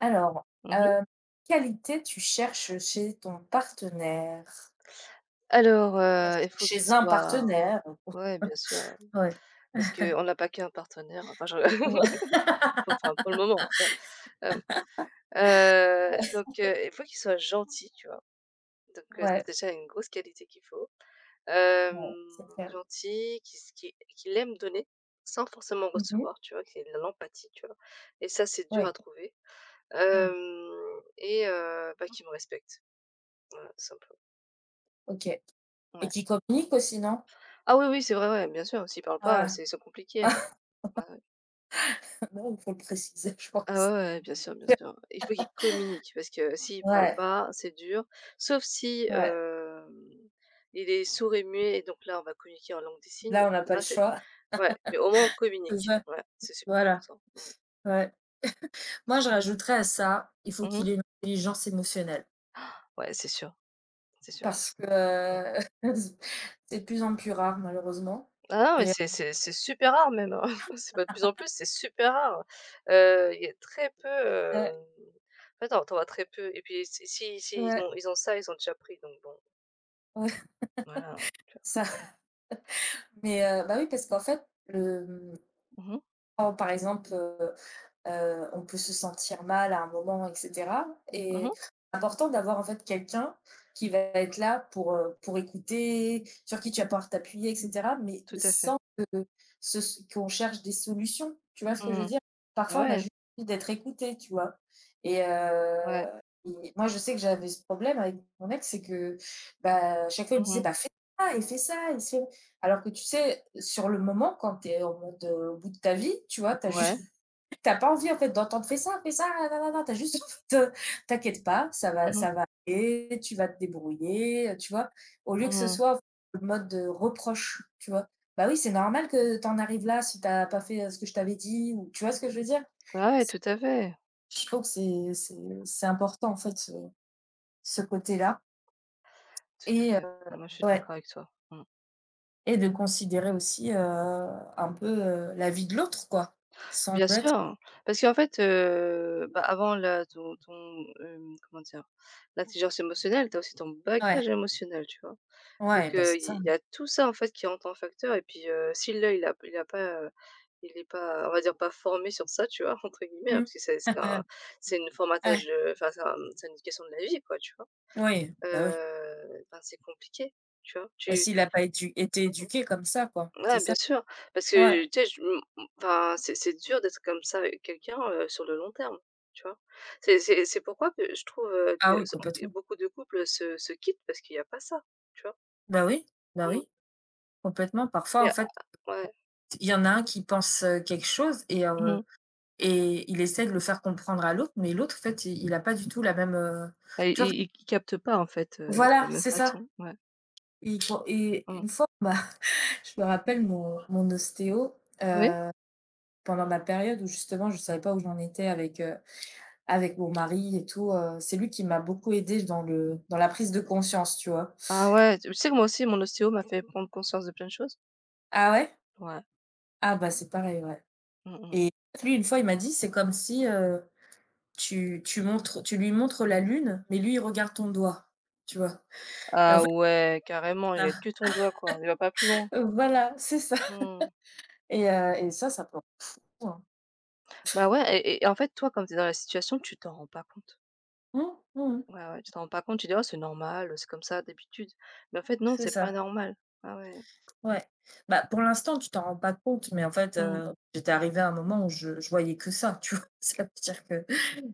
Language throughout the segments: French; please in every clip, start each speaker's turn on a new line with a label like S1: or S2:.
S1: Alors,
S2: Mmh.
S1: heu, qualité tu cherches chez ton partenaire?
S2: Alors,
S1: Enfin,
S2: il
S1: ch
S2: faut qu'il
S1: chez un
S2: soit,
S1: partenaire,
S2: ouais, bien sûr, ouais,
S1: Ouais.
S2: parce qu'on n'a pas qu'un partenaire, enfin je pour enfin pour le moment, ouais, hem, donc il faut qu'il soit gentil, tu vois? Donc ça
S1: Ouais,
S2: c'est déjà une grosse qualité qu'il faut. Hem,
S1: ouais, c'est clair.
S2: Gentil, qu'il s qu'il qu'il aime donner sans forcément
S1: Mmh.
S2: recevoir, tu vois? Qu'il ait de l'empathie, tu vois? Et ça, c'est dur à
S1: Ouais,
S2: trouver.
S1: mmh,
S2: Hem et Bah, qu'il me respecte, voilà, tout simplement.
S1: OK, et
S2: Ouais.
S1: qui communique aussi, non?
S2: Ah oui, oui, c'est vrai, ouais, bien sûr, s'il parle pas,
S1: Ah,
S2: c'est compliqué, hein. Ouais.
S1: non, il faut le préciser, je
S2: Ah
S1: pense.
S2: ouais, ouais, bien sûr, bien sûr. Il faut qu'ils communiquent parce que s'ils parlent
S1: Ouais,
S2: pas, c'est dur. Sauf si,
S1: ouais,
S2: il est sourd et muet et donc là, on va communiquer en langue des signes.
S1: là, on n'a pas le
S2: Là, c'est,
S1: choix.
S2: ouais, mais au moins on
S1: C'est
S2: communique.
S1: ça,
S2: Ouais, c'est super
S1: voilà,
S2: important. Mmh.
S1: ouais. Moi, je rajouterais à ça, il faut
S2: Mmh.
S1: qu'il ait une intelligence émotionnelle.
S2: Ouais, c'est sûr, c'est sûr.
S1: Parce que,
S2: Mmh.
S1: c'est de plus en plus rare, malheureusement,
S2: Ah non, mais
S1: et
S2: c'est super rare même, hein. C'est pas de plus en plus, c'est super rare. Il y a très peu,
S1: ouais,
S2: en fait, tu vois très peu et puis si ils
S1: ouais.
S2: ont ils ont ça, ils ont déjà pris donc bon,
S1: Ouais,
S2: voilà, hein, tu
S1: ça. Mais bah, oui, parce qu'en fait, le, mmh,
S2: vois? Mmh mh.
S1: quand par exemple, on peut se sentir mal à un moment etc.,
S2: Mmh.
S1: et c'est important d'avoir en fait quelqu'un qui va être là pour écouter, sur qui tu vas pouvoir t'appuyer etc., mais
S2: Tout à fait.
S1: sans que ce qu'on cherche des solutions, tu vois ce que je veux
S2: Mmh.
S1: dire? Parfois on a
S2: Ouais,
S1: juste envie d'être écouté, tu vois? Et heu
S2: ouais.
S1: et moi je sais que j'avais ce problème avec mon ex, c'est que, bah, chaque fois il me
S2: Mmh
S1: disait:
S2: mh.
S1: «Bah, fais ça et c'est» alors que tu sais, sur le moment quand tu es en mode, au bout de ta vie, tu vois? Tu as
S2: Ouais.
S1: juste T'as pas envie en fait d'entendre fais ça, nanana, tu as juste envie de- t'inquiète pas,
S2: Mmh mh.
S1: ça va aller, tu vas te débrouiller, tu vois? Au lieu que
S2: Mmh
S1: ce
S2: mh.
S1: soit le mode, reproche, tu vois? Bah oui, c'est normal que t'en arrives là si t'as pas fait, ce que je t'avais dit, ou tu vois ce que je veux dire?
S2: Bah, ouais,
S1: C'est
S2: tout à fait,
S1: Je trouve que c'est important en fait ce côté-là
S2: tout à
S1: et
S2: fait. Bon, moi, je suis
S1: ouais,
S2: d'accord avec toi. Mmh.
S1: et de considérer aussi, un peu, la vie de l'autre quoi, sans
S2: Bien sûr,
S1: être
S2: hein. Parce qu'en fait, bah, avant la ton, comment dire? L'intelligence émotionnelle, tu as aussi ton
S1: ouais,
S2: bagage émotionnel, tu vois?
S1: ouais,
S2: Donc
S1: bah, c'est ça.
S2: il y a tout ça, en fait, qui rentre en facteur et puis, si l'œil, il a pas, il est pas, on va dire, «pas formé» sur ça, tu vois? Entre guillemets, hein,
S1: Mmh.
S2: parce que c'est c'est un c'est une
S1: Ouais,
S2: formatage, enfin, c'est une éducation de la vie, quoi, tu vois?
S1: oui.
S2: Ben, c'est compliqué, tu vois?
S1: Bah,
S2: Tu
S1: s'il a pas édu été éduqué comme ça, quoi, c'est
S2: Ouais, bien
S1: ça?
S2: sûr, parce que
S1: Ouais.
S2: tu sais, je m m enfin, c'est dur d'être comme ça avec quelqu'un, sur le long terme, tu vois? C'est pourquoi que je trouve, que
S1: Ah oui,
S2: s
S1: complètement.
S2: beaucoup de couples se quittent parce qu'il y a pas ça, tu vois?
S1: Bah oui, bah
S2: Mmh.
S1: oui, complètement. Parfois,
S2: Il y
S1: en
S2: a,
S1: fait,
S2: ouais.
S1: il y en a un qui pense, quelque chose, et
S2: Mmh mh.
S1: heu et il essaie de le faire comprendre à l'autre, mais l'autre, en fait, il a pas du tout la même,
S2: Et
S1: tu vois?
S2: ils captent pas, en fait, de la
S1: Voilà,
S2: même
S1: c'est ça.
S2: façon, ouais.
S1: Il pour et
S2: Mmh.
S1: une fois, bah, je me rappelle mon ostéo,
S2: Oui?
S1: pendant ma période où justement je ne savais pas où j'en étais avec, avec mon mari et tout, c'est lui qui m'a beaucoup aidée dans le dans la prise de conscience, tu vois?
S2: Ah ouais, tu sais que moi aussi, mon ostéo m'a fait prendre conscience de plein de choses.
S1: Ah ouais?
S2: Ouais.
S1: Ah bah, c'est pareil, ouais.
S2: Mmh mh.
S1: Et lui, une fois, il m'a dit: «C'est comme si, tu lui montres la lune, mais lui, il regarde ton doigt». Tu vois? Et en
S2: Ah
S1: fait,
S2: ouais, carrément, il va
S1: ça
S2: être que ton doigt, quoi, il va pas plus loin.
S1: voilà, c'est ça,
S2: Mmh.
S1: et ça, ça peut rendre fou, hein.
S2: Bah, ouais et en fait, toi, comme tu es dans la situation, tu t'en rends pas compte.
S1: Mmh, mmh,
S2: Ouais, ouais, tu t'en rends pas compte, tu dis: «Oh, c'est normal, c'est comme ça d'habitude». Mais en fait, non,
S1: c'est
S2: c'est pas
S1: ça,
S2: normal. Ah ouais.
S1: ouais. Bah, pour l'instant, tu t'en rends pas compte, mais en fait,
S2: Mmh.
S1: j'étais arrivée à un moment où je voyais que ça, tu vois? Ça veut dire que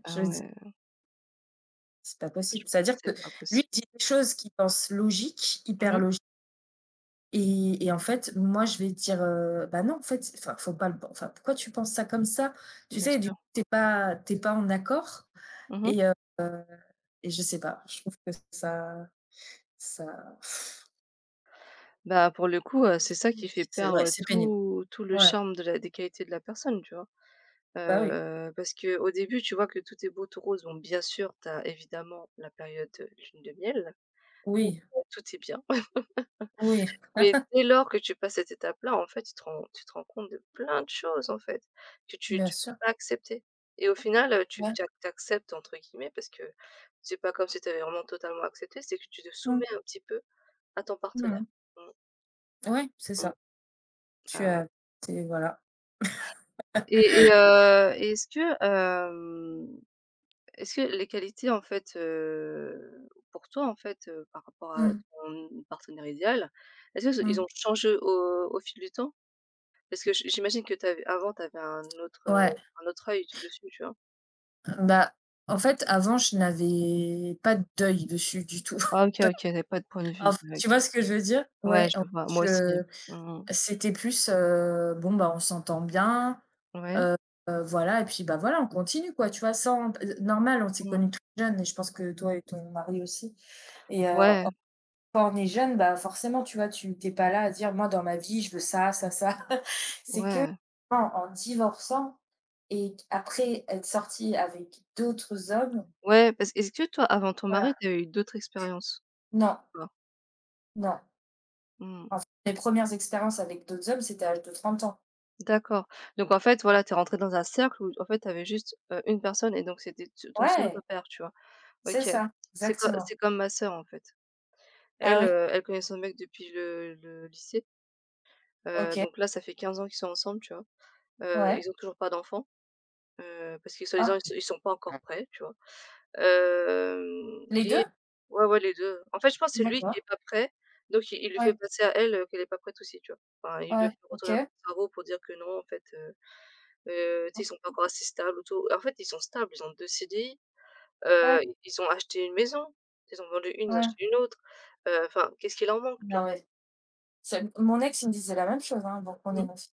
S2: Ah
S1: je me dis:
S2: ouais,
S1: «C'est pas
S2: je
S1: possible».
S2: peux
S1: C'est-à-dire que
S2: c'est pas
S1: lui, il
S2: possible.
S1: dit des choses qu'il pense logiques, hyper
S2: Mmh.
S1: logiques. Et en fait, moi, je vais dire, «Bah, non, en fait, enfin, faut pas le enfin, pourquoi tu penses ça comme ça?» Tu
S2: Bien
S1: sais? Du
S2: sûr.
S1: coup, tu pas t'es pas en accord,
S2: Mmh.
S1: et heu et je sais pas, je trouve que ça ça
S2: Bah, pour le coup, c'est ça qui fait
S1: c'est, ouais,
S2: perdre
S1: c'est pénible.
S2: tout le
S1: Ouais,
S2: charme de la des qualités de la personne, tu vois?
S1: bah, oui.
S2: Parce que au début, tu vois que tout est beau, tout rose. Bon, bien sûr, tu as évidemment la période, lune de miel où
S1: Oui,
S2: tout est bien.
S1: oui,
S2: Mais dès lors que tu passes cette étape-là, en fait, tu te rends compte de plein de choses, en fait, que tu
S1: bien
S2: tu peux
S1: sûr.
S2: pas accepter et au final, tu
S1: Ouais.
S2: tu ac entre guillemets parce que c'est pas comme si tu avais vraiment totalement accepté, c'est que tu te
S1: Mmh.
S2: soumets un petit peu à ton
S1: Mmh
S2: partenaire.
S1: mmh.
S2: Mmh
S1: Ouais, c'est
S2: mh.
S1: ça. Tu
S2: Ah ouais,
S1: as T'es voilà.
S2: et est-ce que, est-ce que les qualités, en fait, pour toi, en fait, par rapport à
S1: Mmh.
S2: ton partenaire idéal, est-ce qu'ils
S1: Mmh.
S2: ont changé au fil du temps? Parce que j'imagine que tu avais avant, tu avais
S1: Ouais,
S2: un autre œil tu dessus, tu vois?
S1: bah, en fait, avant, je n'avais pas de deuil dessus du tout.
S2: Ah OK, OK, tu avais pas de point de vue
S1: Enf Tu
S2: direct.
S1: vois ce que je veux dire?
S2: Ouais,
S1: Ouais, en
S2: je vois,
S1: fait,
S2: moi aussi, hein.
S1: je
S2: Mmh mh.
S1: c'était plus, bon, bah, on s'entend bien,
S2: Ouais.
S1: heu, voilà et puis, bah, voilà, on continue quoi, tu vois? Sans p Normal, on s'est
S2: Mmh.
S1: connus très jeunes et je pense que toi et ton mari aussi, et
S2: Ouais,
S1: en quand on est jeune, bah, forcément, tu vois, tu es pas là à dire: «Moi, dans ma vie, je veux ça, ça, ça». C'est que
S2: ouais,
S1: en divorçant et q après être sortie avec d'autres hommes
S2: ouais, parce est-ce que toi, avant ton mari,
S1: voilà.
S2: tu as eu d'autres expériences
S1: Non,
S2: ou pas?
S1: non.
S2: Mmh.
S1: En fait, mes premières expériences avec d'autres hommes, c'était à l'âge de 30 ans.
S2: D'accord. Donc en fait, voilà, tu es rentrée dans un cercle où en fait, tu avais juste, une personne et donc c'était t ton seul
S1: Ouais,
S2: repère, tu vois?
S1: c'est
S2: OK.
S1: ça, exactement.
S2: C'est comme ma sœur, en fait.
S1: Ah
S2: Elle,
S1: oui,
S2: elle connaît son mec depuis le lycée,
S1: OK,
S2: donc là, ça fait 15 ans qu'ils sont ensemble, tu vois?
S1: ouais.
S2: Ils ont toujours pas d'enfants, parce qu'ils soi-disant
S1: Ah.
S2: ils sont pas encore
S1: Mmh.
S2: prêts, tu vois? Hem
S1: Les
S2: et
S1: deux.
S2: Ouais, ouais, les deux. En fait, je pense que c'est lui
S1: D'accord,
S2: qui est pas prêt, donc il lui fait
S1: ouais,
S2: passer à elle, qu'elle est pas prête aussi, tu vois? Enfin, il lui
S1: ouais,
S2: fait un peu
S1: OK,
S2: le cerveau pour dire que non, en fait, tu sais, ils sont pas encore assez stables ou tout. En fait, ils sont stables, ils ont 2 CDI,
S1: ouais,
S2: ils ont acheté une maison, ils ont vendu une, ils ont
S1: ouais.
S2: acheté une autre, enfin, qu'est-ce qu'il leur manque, tu vois?
S1: Non, mais c'est mon ex, il me disait la même chose, hein, donc on est
S2: Mmh.
S1: mof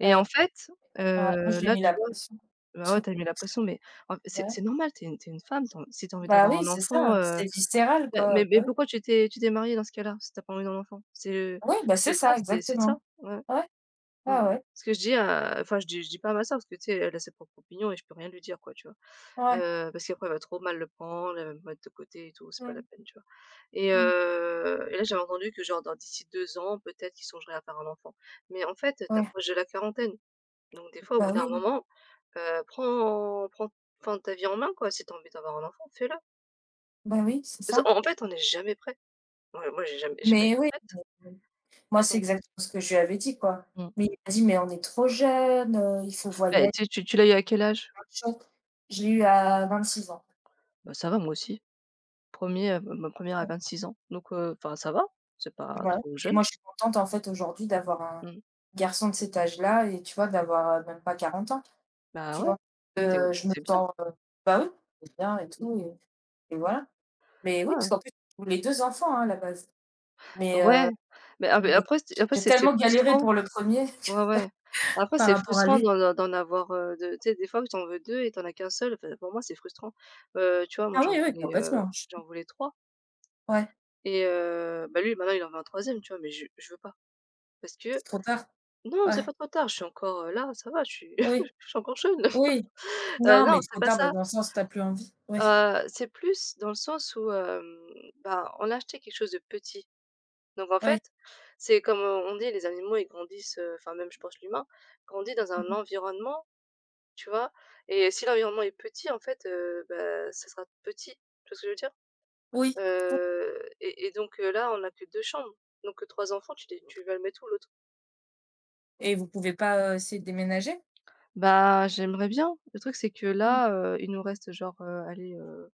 S2: Et
S1: heu,
S2: en fait,
S1: ouais, moi, je lui ai
S2: là,
S1: mis
S2: tu
S1: la
S2: vois.
S1: pression.
S2: Bah, ouais, t'as mis la pression, mais en f
S1: Bah,
S2: c'est
S1: ouais.
S2: c'est normal, tu es une femme, tu as en si tu as envie
S1: Bah,
S2: d'avoir
S1: oui,
S2: un
S1: c'est
S2: enfant,
S1: ça, c'est viscéral,
S2: bah,
S1: quoi.
S2: mais
S1: Bah, oui.
S2: pourquoi tu t'es mariée dans ce cas-là, si tu as pas envie d'un enfant? C'est,
S1: Oui, bah,
S2: des
S1: c'est
S2: fois,
S1: ça,
S2: c'est ça,
S1: exactement.
S2: ouais,
S1: Ouais,
S2: mmh.
S1: ah ouais,
S2: Ce que je dis à Enfin, je dis pas à ma sœur parce que, tu sais, elle a ses propres opinions et je peux rien lui dire, quoi, tu vois?
S1: ouais.
S2: Parce qu'après elle va trop mal le prendre, elle va me mettre de côté et tout, c'est pas la
S1: Mmh,
S2: peine, tu vois? Et
S1: mmh,
S2: heu, et là, j'avais entendu que, genre, dans d'ici 2 ans, peut-être qu'ils songeraient à faire un enfant. Mais en fait, tu
S1: ouais.
S2: approches de la quarantaine, donc des fois, au bout
S1: Bah,
S2: d'un
S1: oui,
S2: moment, prends enfin ta vie en main quoi, si t'as envie d'avoir un enfant, fais-le.
S1: bah, oui, c'est
S2: Parce
S1: ça.
S2: qu'en en fait, on n'est jamais prêt. Moi j'ai pas
S1: Mais
S2: été
S1: oui,
S2: prête.
S1: moi, c'est
S2: Mmh.
S1: exactement ce que je lui avais dit, quoi.
S2: Mmh.
S1: Mais il m'a dit: «Mais on est trop jeunes, il faut
S2: Beh,
S1: voyager,
S2: tu l'as eu à quel âge?
S1: machin». Je l'ai eu à 26 ans.
S2: Bah, ça va moi aussi. Premier er Ma première à 26 ans, donc enfin ça va, c'est pas
S1: Ouais,
S2: trop
S1: et
S2: jeune.
S1: moi, je suis contente, en fait, aujourd'hui d'avoir un
S2: Mmh.
S1: garçon de cet âge-là, et tu vois, d'avoir, même pas 40 ans,
S2: Bah,
S1: tu
S2: ouais,
S1: vois?
S2: tu
S1: Je me
S2: c'est bien.
S1: sens, bah, oui, c'est bien et
S2: Mmh.
S1: tout, et voilà. Mais oui, parce qu'en plus, je voulais 2 enfants, hein, à la base.
S2: Ouais,
S1: Mais heu,
S2: ouais, mais ah, beh,
S1: mais
S2: après
S1: j'ai
S2: c'est
S1: tellement galéré
S2: frustrant.
S1: pour le premier
S2: Ouais, ouais. Après
S1: par
S2: c'est
S1: rapport à
S2: frustrant
S1: lui.
S2: d'en avoir, de tu sais des fois tu en veux 2 et t'en as qu'un seul, enfin pour moi c'est frustrant. Tu vois, moi
S1: Ah
S2: j'en
S1: oui, oui,
S2: voulais, heu,
S1: complètement.
S2: j'en voulais trois.
S1: Ouais,
S2: Bah, lui maintenant il en veut un troisième, tu vois? Mais je veux pas parce que
S1: c'est trop tard.
S2: non, c'est
S1: Ouais,
S2: pas trop tard, je suis encore, là, ça va, je suis
S1: oui,
S2: je suis encore jeune.
S1: oui. Non,
S2: Non,
S1: mais
S2: c'est
S1: trop
S2: pas
S1: tard, bah,
S2: ça.
S1: dans le sens, tu as plus envie. Oui,
S2: C'est plus dans le sens où, bah, on a acheté quelque chose de petit. Donc en
S1: ouais.
S2: fait, c'est comme, on dit les animaux ils grandissent, enfin même je pense l'humain, grandit dans
S1: Mmh
S2: un
S1: mh.
S2: environnement, tu vois? Et si l'environnement est petit en fait, bah, ça sera petit. Tu vois ce que je veux dire?
S1: Oui, oui,
S2: Donc, là on a que 2 chambres, donc 3 enfants, tu vas le mettre où l'autre?
S1: et vous pouvez pas, essayer de déménager?
S2: Bah, j'aimerais bien. Le truc, c'est que
S1: Mmh,
S2: là, il nous reste genre, allez,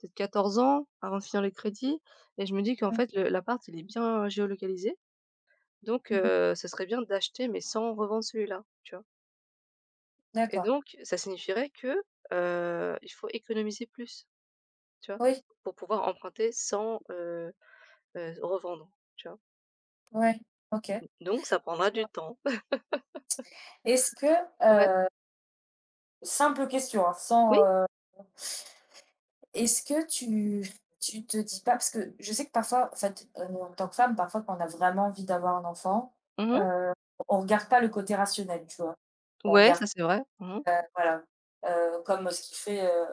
S2: peut-être 14 ans avant de finir les crédits et je me dis qu'en
S1: mmh,
S2: fait le l'appart, il est bien géolocalisé donc
S1: mmh mh.
S2: ce serait bien d'acheter mais sans revendre celui-là, tu vois? Et
S1: D'accord.
S2: donc ça signifierait que, il faut économiser plus, tu vois?
S1: Oui,
S2: Pour pouvoir emprunter sans, revendre, tu vois?
S1: ouais, OK.
S2: Donc ça prendra du
S1: Alors,
S2: temps.
S1: est-ce que,
S2: Ouais.
S1: heu, simple question, hein, sans,
S2: Oui.
S1: est-ce que tu te dis pas, parce que je sais que parfois, en fait, en tant que femme, parfois, quand on a vraiment envie d'avoir un enfant,
S2: Mmh.
S1: heu, on regarde pas le côté rationnel, tu vois? On
S2: Ouais,
S1: regarde
S2: ça c'est vrai. Mmh.
S1: Voilà, comme ce qu'il fait,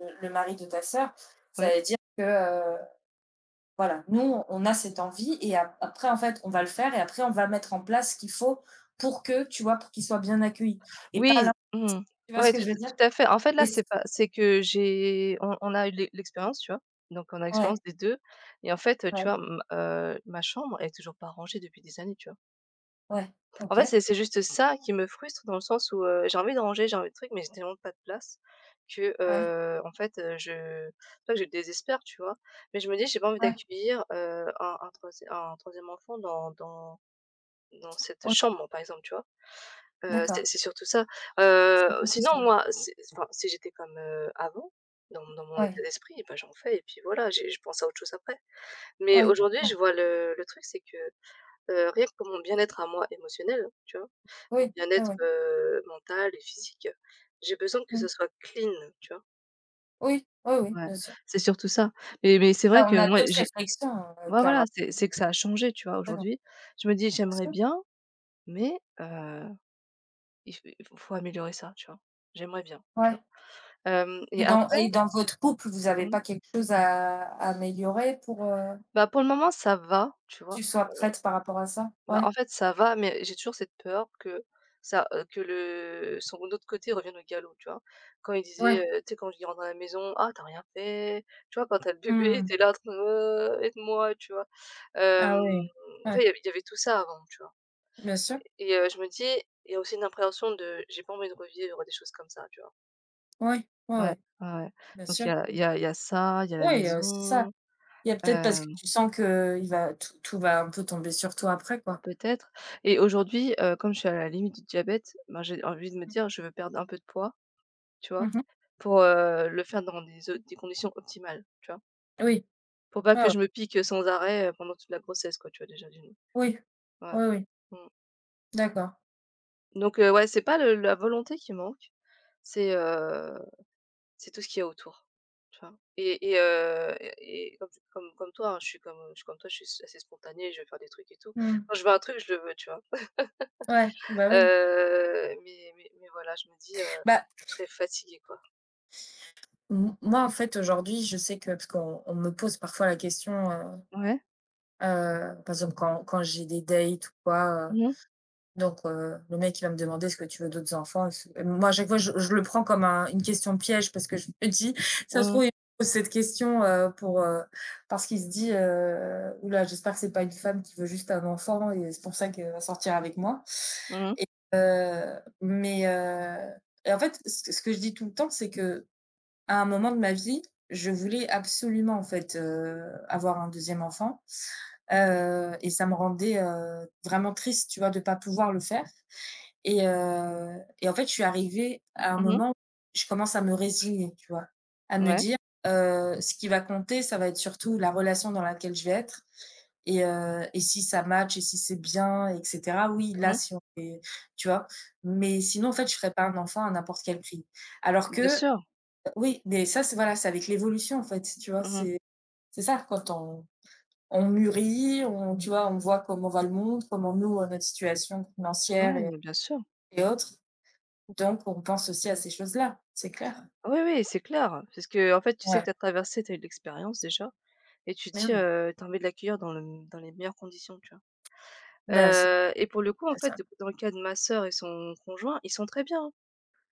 S1: le mari de ta sœur. Ça
S2: Ouais.
S1: veut dire que, voilà, nous, on a cette envie, et ap après, en fait, on va le faire et après, on va mettre en place ce qu'il faut pour que, tu vois, pour qu'ils soient bien accueillis et pas l'in
S2: Oui, mmh.
S1: tu vois ce
S2: Ouais,
S1: que je veux dire?
S2: tout à fait. En fait, là,
S1: Et c
S2: c'est pas c'est que j'ai on a eu l'expérience, tu vois? Donc on a l'expérience
S1: Ouais,
S2: des 2. Et en fait, tu
S1: ouais,
S2: vois, m ma chambre, elle est toujours pas rangée depuis des années, tu vois?
S1: ouais,
S2: En
S1: OK,
S2: fait, c'est juste ça qui me frustre dans le sens où, j'ai envie de ranger, j'ai envie de trucs, mais j'ai tellement pas de place que,
S1: ouais,
S2: en fait, je pas que je désespère, tu vois? Mais je me dis: «J'ai pas envie
S1: ouais,
S2: d'accueillir, un troisiè un 3e enfant dans cette
S1: oui,
S2: chambre», par exemple, tu vois? C'est
S1: d'accord.
S2: surtout ça.
S1: C'est tout
S2: Sinon
S1: ça.
S2: moi, c'est enfin, si j'étais comme, avant, dans mon état
S1: Ouais,
S2: d'esprit, bah, j'en fais et puis voilà, j'ai je pense à autre chose après. Mais
S1: ouais,
S2: aujourd'hui,
S1: ouais,
S2: je vois le truc, c'est que, rien que pour mon bien-être à moi émotionnel, hein, tu vois? Mon
S1: oui, ouais,
S2: bien-être,
S1: ouais,
S2: mental et physique, j'ai besoin que
S1: mmh,
S2: ce soit clean, tu vois?
S1: oui, oui, oui,
S2: Ouais,
S1: bien sûr.
S2: c'est surtout ça. Mais c'est
S1: Bah,
S2: vrai que
S1: on a
S2: moi
S1: d'autres
S2: j'ai
S1: réflexions,
S2: ouais, voilà,
S1: clairement,
S2: c'est que ça a changé, tu vois?
S1: bien
S2: Aujourd'hui, je me dis: «J'aimerais
S1: sûr,
S2: bien, mais il faut améliorer ça», tu vois? J'aimerais bien.
S1: ouais.
S2: Hem et
S1: Et dans
S2: après
S1: et dans votre couple, vous avez
S2: mmh,
S1: pas quelque chose à améliorer pour,
S2: bah, pour le moment ça va, tu vois?
S1: tu sois
S2: On
S1: prête par rapport à ça?
S2: bah,
S1: Ouais.
S2: en fait ça va, mais j'ai toujours cette peur que ça, que le son autre côté revienne au galop, tu vois? Quand il disait,
S1: Ouais.
S2: tu sais quand je rentre dans la maison: «Ah t'as rien fait», tu vois? Quand t'as le bébé,
S1: Mmh.
S2: t'es là en train de: aide-moi», tu vois? Hem,
S1: Ah oui.
S2: tu
S1: Ouais.
S2: vois? Il y avait tout ça avant, tu vois?
S1: Bien sûr.
S2: Et je me dis il y a aussi une appréhension de j'ai pas envie de revivre des choses comme ça, tu vois?
S1: Oui. Ouais,
S2: Ouais,
S1: ouais.
S2: ouais, ouais.
S1: Bien
S2: Donc il
S1: sûr.
S2: y a il y a il y a ça, il y a la
S1: Oui, c'est ça.
S2: maison,
S1: Il y a peut-être parce
S2: heu.
S1: que tu sens qu'il va tout tout va un peu tomber sur toi après, quoi.
S2: Peut-être, et aujourd'hui, comme je suis à la limite du diabète, ben, j'ai envie de me
S1: Mmh.
S2: dire: «Je veux perdre un peu de poids», tu vois?
S1: Mmh mh.
S2: Pour, le faire dans des conditions optimales, tu vois?
S1: Oui.
S2: Pour pas
S1: Ouais,
S2: que
S1: ouais.
S2: je me pique, sans arrêt, pendant toute la grossesse quoi, tu vois? Déjà d'une.
S1: Oui.
S2: Ouais.
S1: Oui, oui.
S2: Mmh.
S1: D'accord.
S2: Donc ouais, c'est pas le la volonté qui manque, c'est, heu, c'est tout ce qu'il y a autour, tu vois? Et et comme toi, hein, je suis comme toi, je suis assez spontanée, je veux faire des trucs et tout.
S1: Mmh.
S2: Quand je veux un truc, je le veux, tu vois?
S1: Ouais. Bah, oui.
S2: Mais voilà, je me dis,
S1: Bah,
S2: je serais fatiguée, quoi.
S1: m moi, en fait, aujourd'hui, je sais que parce qu'on me pose parfois la question,
S2: Ouais.
S1: Par exemple, quand j'ai des dates ou quoi,
S2: Mmh mh.
S1: donc le mec, il va me demander: «Est-ce que tu veux d'autres enfants?» Et moi, à chaque fois, je le prends comme un une question piège parce que je me dis: «Ça se
S2: Mmh mh.
S1: trouve, il me pose cette question, pour, parce qu'il se dit, "Ouh, j'espère que c'est pas une femme qui veut juste un enfant et c'est pour ça qu'elle va sortir avec moi"»
S2: Mmh.
S1: et heu, mais heu et en fait, ce que je dis tout le temps, c'est que à un moment de ma vie, je voulais absolument, en fait, avoir un deuxième enfant. Et ça me rendait vraiment triste, tu vois, de pas pouvoir le faire. Et en fait, je suis arrivée à un
S2: Mmh.
S1: moment où je commence à me résigner, tu vois, à me
S2: Ouais.
S1: dire ce qui va compter, ça va être surtout la relation dans laquelle je vais être. Et si ça match, et si c'est bien, etc. Oui, là,
S2: Mmh.
S1: si on fait, tu vois. Mais sinon, en fait, je ferais pas un enfant à n'importe quel prix. Alors
S2: Bien
S1: que,
S2: sûr.
S1: oui, mais ça, c'est voilà, c'est avec l'évolution, en fait, tu vois.
S2: Mmh.
S1: C'est ça quand on mûrit, on, tu vois, on voit comment va le monde, comment nous, notre situation financière
S2: Ouais,
S1: et,
S2: mais bien sûr.
S1: et autres. Donc, on pense aussi à ces choses-là, c'est clair.
S2: Oui, oui, c'est clair. Parce que en fait, tu sais que
S1: Ouais,
S2: tu as traversé, tu as eu de l'expérience déjà et tu te
S1: mais
S2: dis,
S1: oui.
S2: tu as envie de l'accueillir dans le dans les meilleures conditions, tu vois?
S1: Ben c'est
S2: Et pour le coup, en
S1: c'est
S2: fait,
S1: ça.
S2: d dans le cas de ma sœur et son conjoint, ils sont très bien, hein.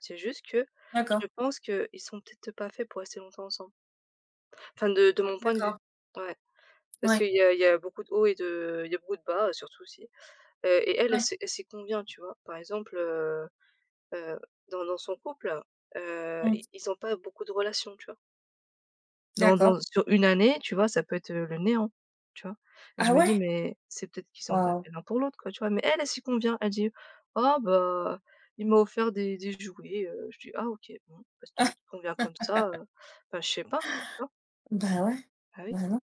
S2: C'est juste que
S1: D'accord,
S2: je pense qu'ils sont peut-être pas faits pour rester longtemps ensemble. Enfin de mon point de vue.
S1: d'accord.
S2: Ouais. Parce
S1: Ouais,
S2: qu'il y a beaucoup de hauts et de il y a beaucoup de bas, surtout aussi, et elle, elle
S1: ouais,
S2: s'y elle sait combien, tu vois? Par exemple, heu, dans son couple, i
S1: mmh,
S2: ils n'ont pas beaucoup de relations, tu vois? Dans
S1: d'accord.
S2: dans Sur une année, tu vois, ça peut être, le néant, tu vois? Et je
S1: Ah
S2: me
S1: ouais?
S2: dis: «Mais c'est peut-être qu'ils sont pas
S1: Waouh!
S2: faits l'un pour l'autre, quoi», tu vois? Mais elle, elle s'y convient. Elle dit: «Ah bah, il m'a offert des jouets», je dis: «Ah OK, bon, bah, si tu
S1: Ah.
S2: te conviens comme ça, bah, je sais pas», tu vois?
S1: Bah, ouais.
S2: Bah oui.
S1: Bah, non,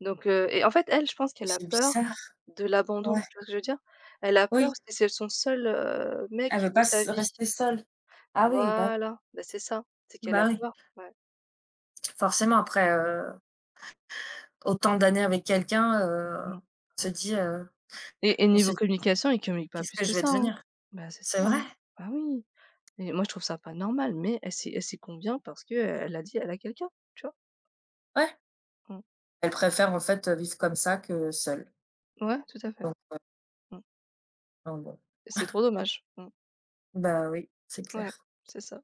S2: Donc et en fait, elle, je pense qu'elle a
S1: c'est
S2: peur
S1: bizarre.
S2: de l'abandon,
S1: Ouais,
S2: tu vois ce que je veux dire? Elle a peur
S1: oui,
S2: parce que c'est son seul,
S1: elle
S2: mec
S1: veut
S2: de
S1: pas
S2: sa
S1: s
S2: vie.
S1: rester seule. Ah oui, bah,
S2: Voilà, bah, c'est ça, c'est qu'elle a
S1: bah, oui.
S2: peur, ouais.
S1: Forcément, après, autant d'années avec quelqu'un,
S2: Mmh.
S1: on se dit, heu,
S2: Et
S1: on se
S2: niveau
S1: dit:
S2: communication, ils communiquent pas
S1: «Qu'est-ce
S2: plus
S1: que
S2: que
S1: je vais
S2: ça, hein?
S1: devenir?»
S2: Bah, c'est ça,
S1: C'est
S2: hein.
S1: vrai,
S2: Bah, oui, et moi, je trouve ça pas normal mais elle s'y convient parce que elle a quelqu'un, tu vois?
S1: ouais.
S2: Mmh.
S1: Elle préfère en fait, vivre comme ça que seule.
S2: Ouais, tout à fait.
S1: Donc,
S2: Mmh
S1: bon,
S2: et c'est trop dommage. Mmh.
S1: bah, oui, c'est
S2: Ouais,
S1: clair.
S2: c'est ça.